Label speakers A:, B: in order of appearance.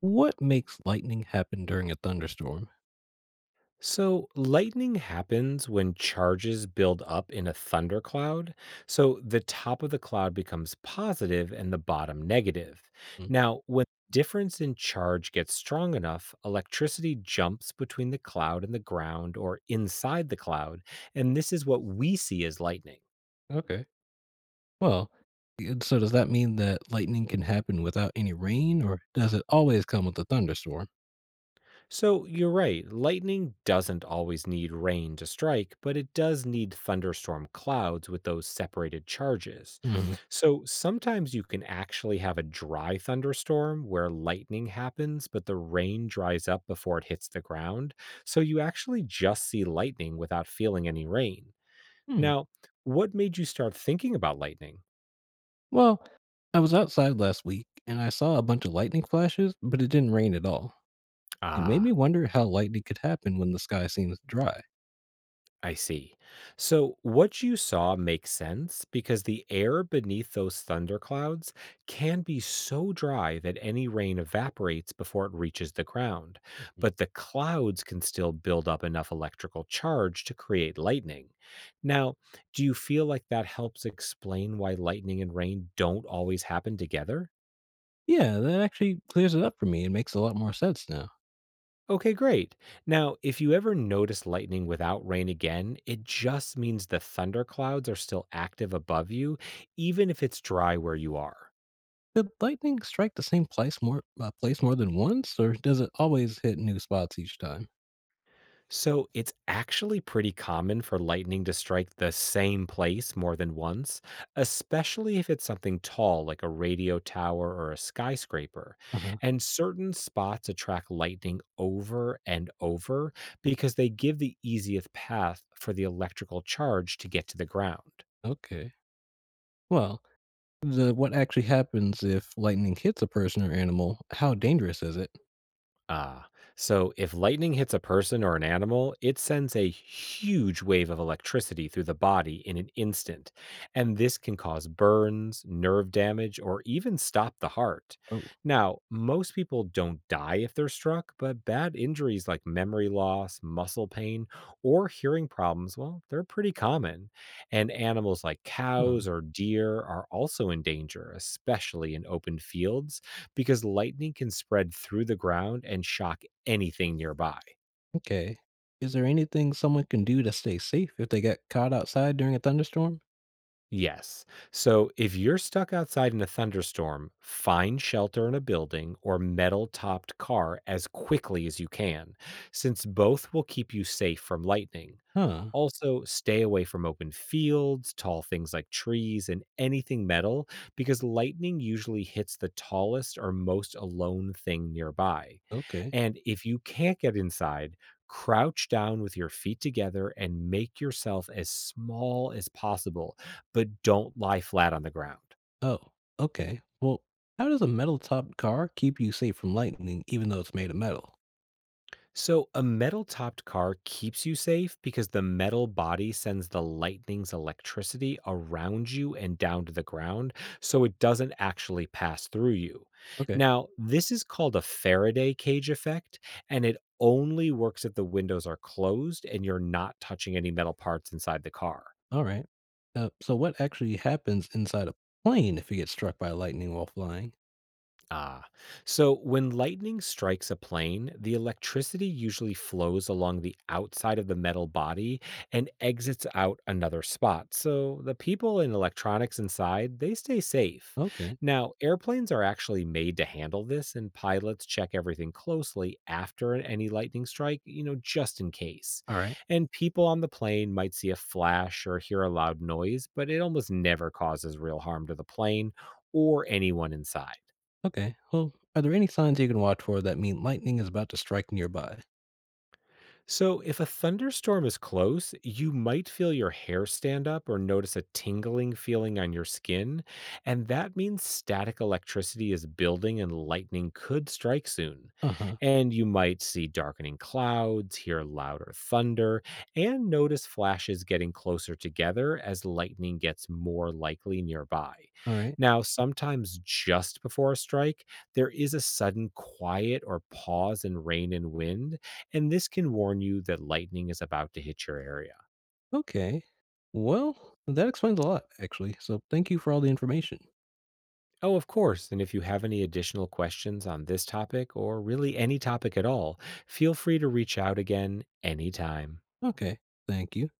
A: What makes lightning happen during a thunderstorm?
B: So, lightning happens when charges build up in a thundercloud. So, the top of the cloud becomes positive and the bottom negative.
A: Mm.
B: Now, when the difference in charge gets strong enough, electricity jumps between the cloud and the ground or inside the cloud. And this is what we see as lightning.
A: Okay. Well, so does that mean that lightning can happen without any rain, or does it always come with a thunderstorm?
B: So you're right, lightning doesn't always need rain to strike, but it does need thunderstorm clouds with those separated charges.
A: Mm.
B: So sometimes you can actually have a dry thunderstorm where lightning happens, but the rain dries up before it hits the ground. So you actually just see lightning without feeling any rain.
A: Hmm.
B: Now, what made you start thinking about lightning?
A: Well, I was outside last week and I saw a bunch of lightning flashes, but it didn't rain at all. It made me
B: Ah,
A: wonder how lightning could happen when the sky seems dry.
B: I see. So, what you saw makes sense because the air beneath those thunderclouds can be so dry that any rain evaporates before it reaches the ground.
A: Mhm.
B: But the clouds can still build up enough electrical charge to create lightning. Now, do you feel like that helps explain why lightning and rain don't always happen together?
A: Yeah, that actually clears it up for me and makes a lot more sense now.
B: Okay, great. Now, if you ever notice lightning without rain again, it just means the thunderclouds are still active above you, even if it's dry where you are.
A: Could lightning strike the same place more than once, or does it always hit new spots each time?
B: So, it's actually pretty common for lightning to strike the same place more than once, especially if it's something tall like a radio tower or a skyscraper.
A: Uh-huh.
B: And certain spots attract lightning over and over because they give the easiest path for the electrical charge to get to the ground.
A: Okay. Well, the what actually happens if lightning hits a person or animal? How dangerous is it?
B: Ah, so if lightning hits a person or an animal, it sends a huge wave of electricity through the body in an instant. And this can cause burns, nerve damage, or even stop the heart.
A: Oh.
B: Now, most people don't die if they're struck, but bad injuries like memory loss, muscle pain, or hearing problems, well, they're pretty common. And animals like
A: Huh.
B: cows or deer are also in danger, especially in open fields because lightning can spread through the ground and shock anything nearby.
A: Okay. Is there anything someone can do to stay safe if they get caught outside during a thunderstorm?
B: Yes. So if you're stuck outside in a thunderstorm, find shelter in a building or metal topped car as quickly as you can, since both will keep you safe from lightning.
A: Huh.
B: Also, stay away from open fields, tall things like trees, and anything metal because lightning usually hits the tallest or most alone thing nearby.
A: Okay.
B: And if you can't get inside, crouch down with your feet together and make yourself as small as possible, but don't lie flat on the ground.
A: Oh, okay. Well, how does a metal topped car keep you safe from lightning even though it's made of metal?
B: So, a metal topped car keeps you safe because the metal body sends the lightning's electricity around you and down to the ground, so it doesn't actually pass through you.
A: Okay.
B: Now, this is called a Faraday cage effect, and it only works if the windows are closed and you're not touching any metal parts inside the car.
A: All right. So, what actually happens inside a plane if it gets struck by lightning while flying?
B: Ah, so when lightning strikes a plane, the electricity usually flows along the outside of the metal body and exits out another spot. So the people and electronics inside, they stay safe.
A: Okay.
B: Now, airplanes are actually made to handle this and pilots check everything closely after any lightning strike, just in case.
A: All right.
B: And people on the plane might see a flash or hear a loud noise, but it almost never causes real harm to the plane or anyone inside.
A: Okay. Well, are there any signs you can watch for that mean lightning is about to strike nearby?
B: So, if a thunderstorm is close, you might feel your hair stand up or notice a tingling feeling on your skin. And that means static electricity is building and lightning could strike soon.
A: Uh huh.
B: And you might see darkening clouds, hear louder thunder, and notice flashes getting closer together as lightning gets more likely nearby.
A: All right.
B: Now, sometimes just before a strike, there is a sudden quiet or pause in rain and wind and this can warn you that lightning is about to hit your area.
A: Okay. Well, that explains a lot, actually. So thank you for all the information.
B: Oh, of course, and if you have any additional questions on this topic or really any topic at all, feel free to reach out again anytime.
A: Okay. Thank you.